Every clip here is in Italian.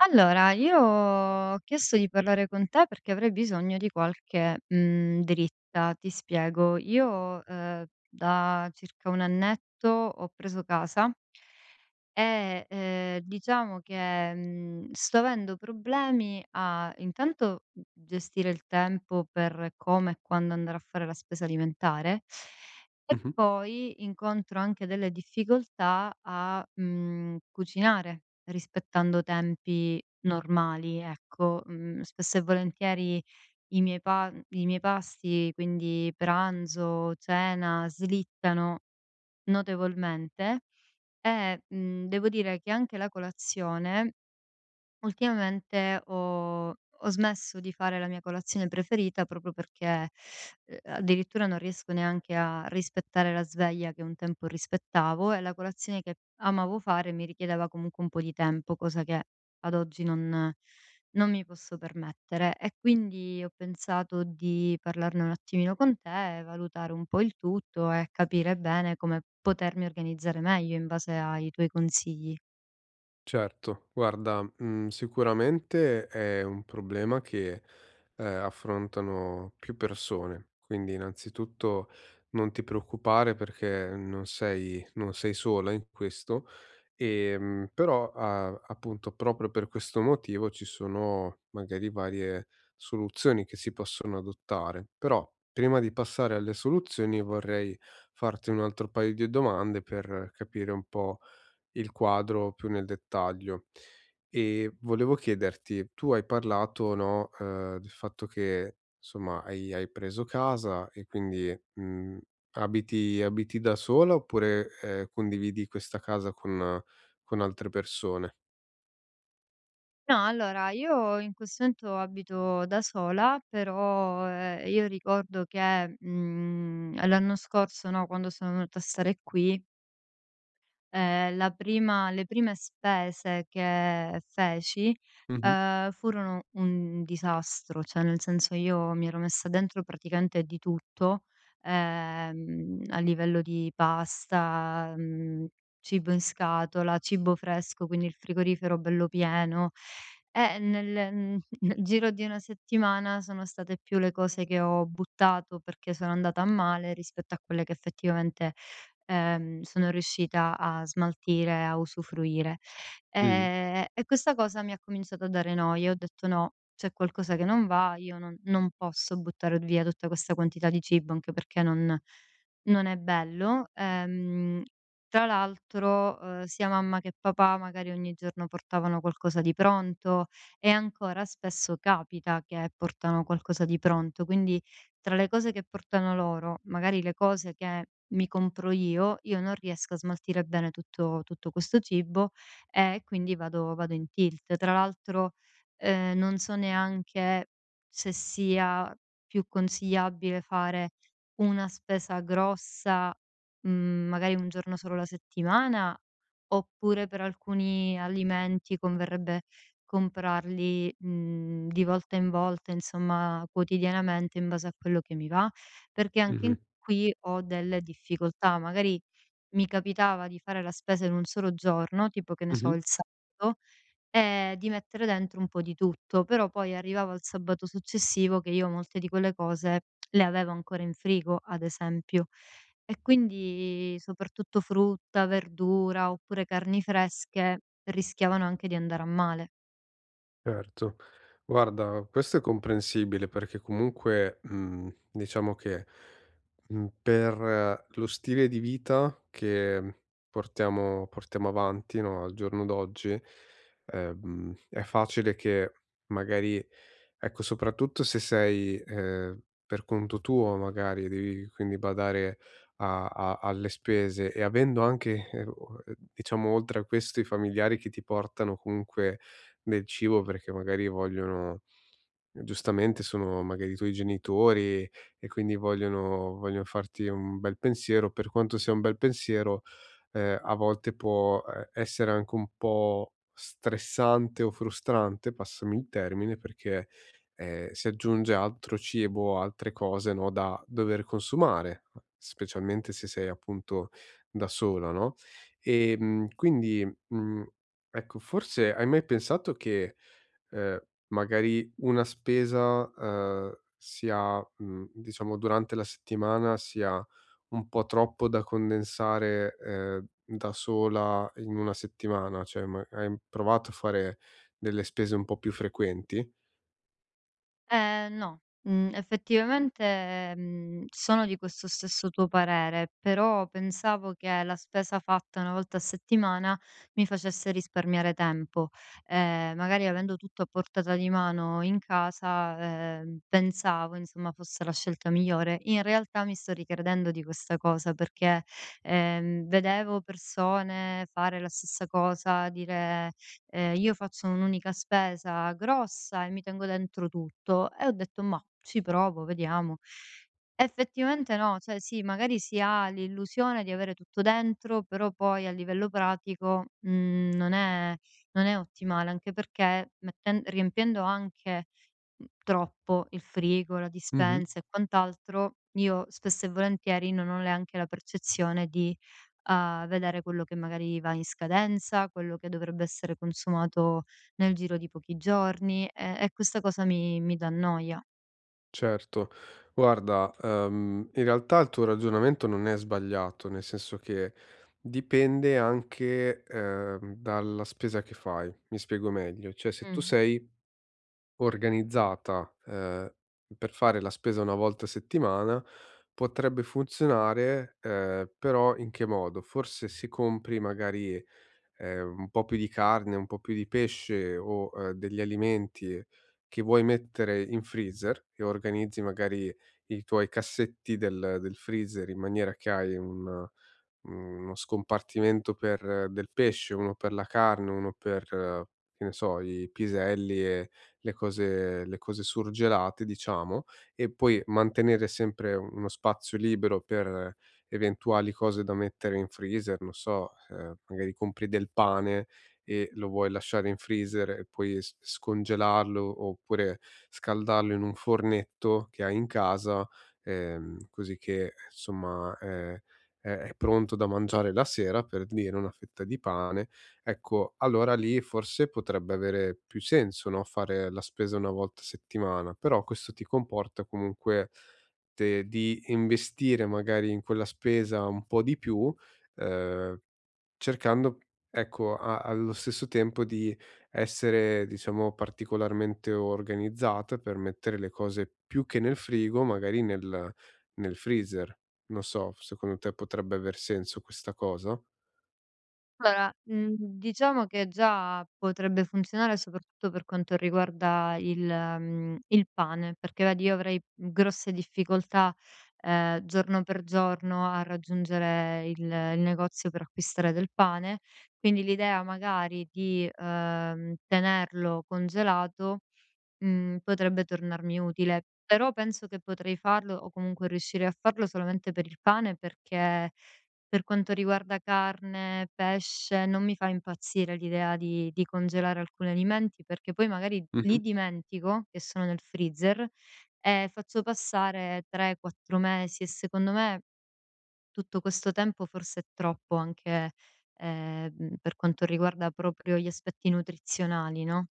Allora, io ho chiesto di parlare con te perché avrei bisogno di qualche dritta. Ti spiego, io da circa 1 annetto ho preso casa e, diciamo che sto avendo problemi a intanto gestire il tempo per come e quando andare a fare la spesa alimentare e Mh-mh. poi incontro anche delle difficoltà a cucinare rispettando tempi normali, ecco. Mhmm, Spesso e volentieri i miei pasti, quindi pranzo, cena, slittano notevolmente e devo dire che anche la colazione. Ultimamente ho smesso di fare la mia colazione preferita proprio perché addirittura non riesco neanche a rispettare la sveglia che un tempo rispettavo e la colazione che amavo fare mi richiedeva comunque un po' di tempo, cosa che ad oggi non mi posso permettere. E quindi ho pensato di parlarne un attimino con te e valutare un po' il tutto e capire bene come potermi organizzare meglio in base ai tuoi consigli. Certo, guarda, sicuramente è un problema che, affrontano più persone, quindi innanzitutto non ti preoccupare perché non sei sola in questo, però a appunto proprio per questo motivo ci sono magari varie soluzioni che si possono adottare. Però prima di passare alle soluzioni vorrei farti un altro paio di domande per capire un po' il quadro più nel dettaglio. E volevo chiederti, tu hai parlato, no, del fatto che insomma hai preso casa e quindi, abiti da sola oppure, condividi questa casa con altre persone? No, allora io in questo momento abito da sola, però io ricordo che l'anno scorso, no, quando sono venuta a stare qui, la prima le prime spese che feci, Mh-mh, ehm, furono un disastro, cioè nel senso io mi ero messa dentro praticamente di tutto, a livello di pasta, cibo in scatola, cibo fresco, quindi il frigorifero bello pieno. E nel giro di una settimana sono state più le cose che ho buttato perché sono andata a male rispetto a quelle che effettivamente sono riuscita a smaltire, a usufruire. mh, E questa cosa mi ha cominciato a dare noia, ho detto: "No, c'è qualcosa che non va, io non posso buttare via tutta questa quantità di cibo, anche perché non non è bello". Tra l'altro, sia mamma che papà magari ogni giorno portavano qualcosa di pronto e ancora spesso capita che portano qualcosa di pronto, quindi tra le cose che portano loro, magari le cose che mi compro io non riesco a smaltire bene tutto questo cibo e quindi vado in tilt. Tra l'altro, non so neanche se sia più consigliabile fare una spesa grossa, magari 1 giorno solo alla settimana, oppure per alcuni alimenti converrebbe comprarli, di volta in volta, insomma quotidianamente in base a quello che mi va, perché anche in mh-mh, qui ho delle difficoltà. Magari mi capitava di fare la spesa in un solo giorno, tipo che ne so mh-mh. il sabato, e di mettere dentro un po' di tutto, però poi arrivavo al sabato successivo che io molte di quelle cose le avevo ancora in frigo, ad esempio. E quindi soprattutto frutta, verdura oppure carni fresche rischiavano anche di andare a male. Certo. Guarda, questo è comprensibile perché comunque, diciamo che, per lo stile di vita che portiamo avanti, no, al giorno d'oggi, è facile che magari ecco, soprattutto se sei, per conto tuo magari, devi quindi badare a alle spese e avendo anche, o diciamo oltre a questo i familiari che ti portano comunque del cibo perché magari vogliono giustamente sono magari i tuoi genitori e quindi vogliono farti un bel pensiero. Per quanto sia un bel pensiero, a volte può, essere anche un po' stressante o frustrante, passami il termine, perché, si aggiunge altro cibo, altre cose, no, da dover consumare, specialmente se sei appunto da sola, no? Quindi, mhmm Ecco, forse hai mai pensato che, ehm, magari una spesa, sia diciamo durante la settimana sia un po' troppo da condensare, da sola in una settimana? Cioè ma hai provato a fare delle spese un po' più frequenti? No, effettivamente, sono di questo stesso tuo parere, però pensavo che la spesa fatta 1 volta a settimana mi facesse risparmiare tempo. Magari avendo tutto a portata di mano in casa, pensavo insomma fosse la scelta migliore. In realtà mi sto ricredendo di questa cosa perché, vedevo persone fare la stessa cosa, dire: "Io faccio un'unica spesa grossa e mi tengo dentro tutto", e ho detto: "Mah, ci provo, vediamo". Effettivamente no, cioè sì, magari si ha l'illusione di avere tutto dentro, però poi a livello pratico, non è ottimale, anche perché metten riempiendo anche troppo il frigo, la Mh-mh. dispensa e quant'altro, io spesso e volentieri non ho neanche la percezione di vedere quello che magari va in scadenza, quello che dovrebbe essere consumato nel giro di pochi giorni e questa cosa mi dà noia. Certo. Guarda, in realtà il tuo ragionamento non è sbagliato, nel senso che dipende anche, dalla spesa che fai. Mi spiego meglio, cioè se tu Mh. sei organizzata, per fare la spesa una volta a settimana, potrebbe funzionare, però in che modo? Forse se compri magari un po' più di carne, un po' più di pesce o, degli alimenti che vuoi mettere in freezer e organizzi magari i tuoi cassetti del freezer in maniera che hai un uno scompartimento per del pesce, uno per la carne, uno per, che ne so, i piselli e le cose surgelate, diciamo, e poi mantenere sempre uno spazio libero per eventuali cose da mettere in freezer, non so, magari compri del pane e lo vuoi lasciare in freezer e poi s scongelarlo oppure scaldarlo in un fornetto che hai in casa, così che, insomma, è pronto da mangiare la sera, per dire una fetta di pane, ecco, allora lì forse potrebbe avere più senso, no, fare la spesa 1 volta a settimana, però questo ti comporta comunque de di investire magari in quella spesa un po' di più, ehm Cercando, ecco, a allo stesso tempo di essere, diciamo, particolarmente organizzata per mettere le cose più che nel frigo, magari nel freezer. Non so, secondo te potrebbe aver senso questa cosa? Allora, diciamo che già potrebbe funzionare soprattutto per quanto riguarda il pane, perché vedi io avrei grosse difficoltà, giorno per giorno a raggiungere il negozio per acquistare del pane, quindi l'idea magari di tenerlo congelato. Potrebbe tornarmi utile, però penso che potrei farlo o comunque riuscirei a farlo solamente per il pane, perché per quanto riguarda carne, pesce, non mi fa impazzire l'idea di congelare alcuni alimenti, perché poi magari li Mh-mh. dimentico che sono nel freezer e faccio passare 3, 4 mesi e secondo me tutto questo tempo forse è troppo anche, per quanto riguarda proprio gli aspetti nutrizionali, no?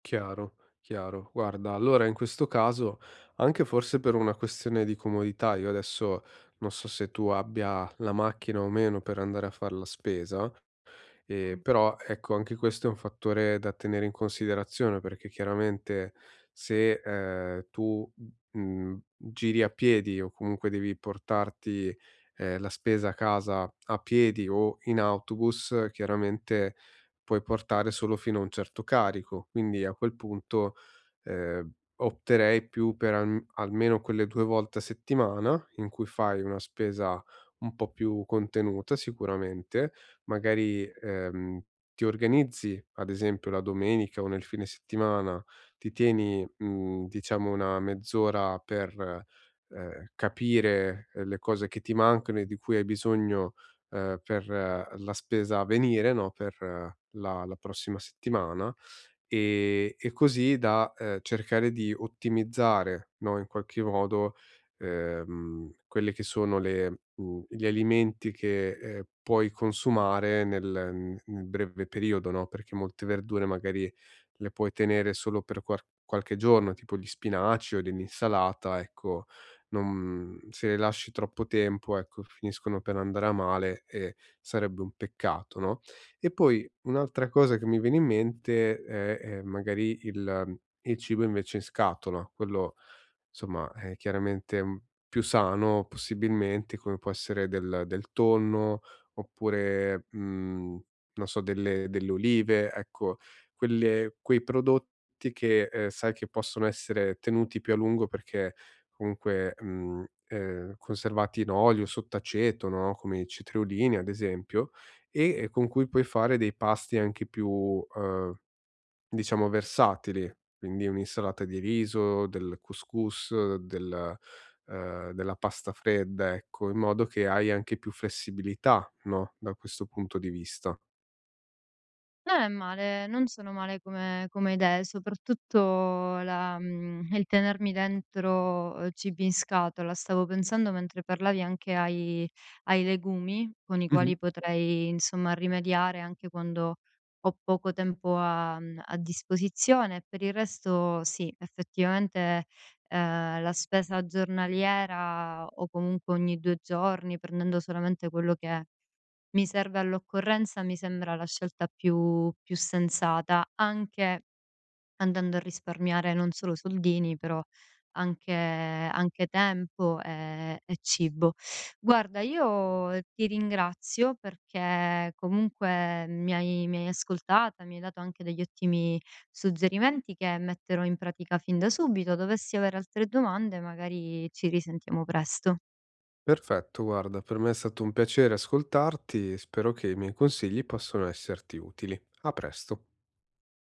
Chiaro, chiaro. Guarda, allora in questo caso, anche forse per una questione di comodità, io adesso non so se tu abbia la macchina o meno per andare a far la spesa, Mh. però ecco, anche questo è un fattore da tenere in considerazione, perché chiaramente se, tu, giri a piedi o comunque devi portarti, la spesa a casa a piedi o in autobus, chiaramente puoi portare solo fino a un certo carico. Quindi a quel punto, opterei più per almeno quelle 2 volte a settimana in cui fai una spesa un po' più contenuta sicuramente, magari, ti organizzi, ad esempio la domenica o nel fine settimana, ti tieni, diciamo una mezz'ora per, capire, le cose che ti mancano e di cui hai bisogno, per la spesa a venire, no, per la prossima settimana, e così da, cercare di ottimizzare, no, in qualche modo, quelle che sono le gli alimenti che, puoi consumare nel n nel breve periodo, no, perché molte verdure magari le puoi tenere solo per quar qualche giorno, tipo gli spinaci o dell'insalata, ecco, non se le lasci troppo tempo, ecco, finiscono per andare a male e sarebbe un peccato, no? E poi un'altra cosa che mi viene in mente è magari il cibo invece in scatola, quello Insomma, è chiaramente, più sano possibilmente, come può essere del tonno, oppure, non so, delle olive, ecco, quelle quei prodotti che, sai che possono essere tenuti più a lungo perché comunque, conservati in olio, sott'aceto, no, come i cetriolini ad esempio, e con cui puoi fare dei pasti anche più, Diciamo versatili, quindi un'insalata di riso, del couscous, del della pasta fredda, ecco, in modo che hai anche più flessibilità, no, da questo punto di vista. No, è male, non sono male come come idee, soprattutto il tenermi dentro, cibi in scatola. Stavo pensando mentre parlavi anche ai legumi, con i Mh-mh. quali potrei insomma rimediare anche quando ho poco tempo a disposizione. Per il resto sì, effettivamente, la spesa giornaliera o comunque ogni 2 giorni, prendendo solamente quello che è mi serve all'occorrenza, mi sembra la scelta più sensata, anche andando a risparmiare non solo soldini, però anche tempo, e cibo. Guarda, io ti ringrazio perché comunque mi hai ascoltata, mi hai dato anche degli ottimi suggerimenti che metterò in pratica fin da subito. Dovessi avere altre domande, magari ci risentiamo presto. Perfetto, guarda, per me è stato un piacere ascoltarti e spero che i miei consigli possano esserti utili. A presto.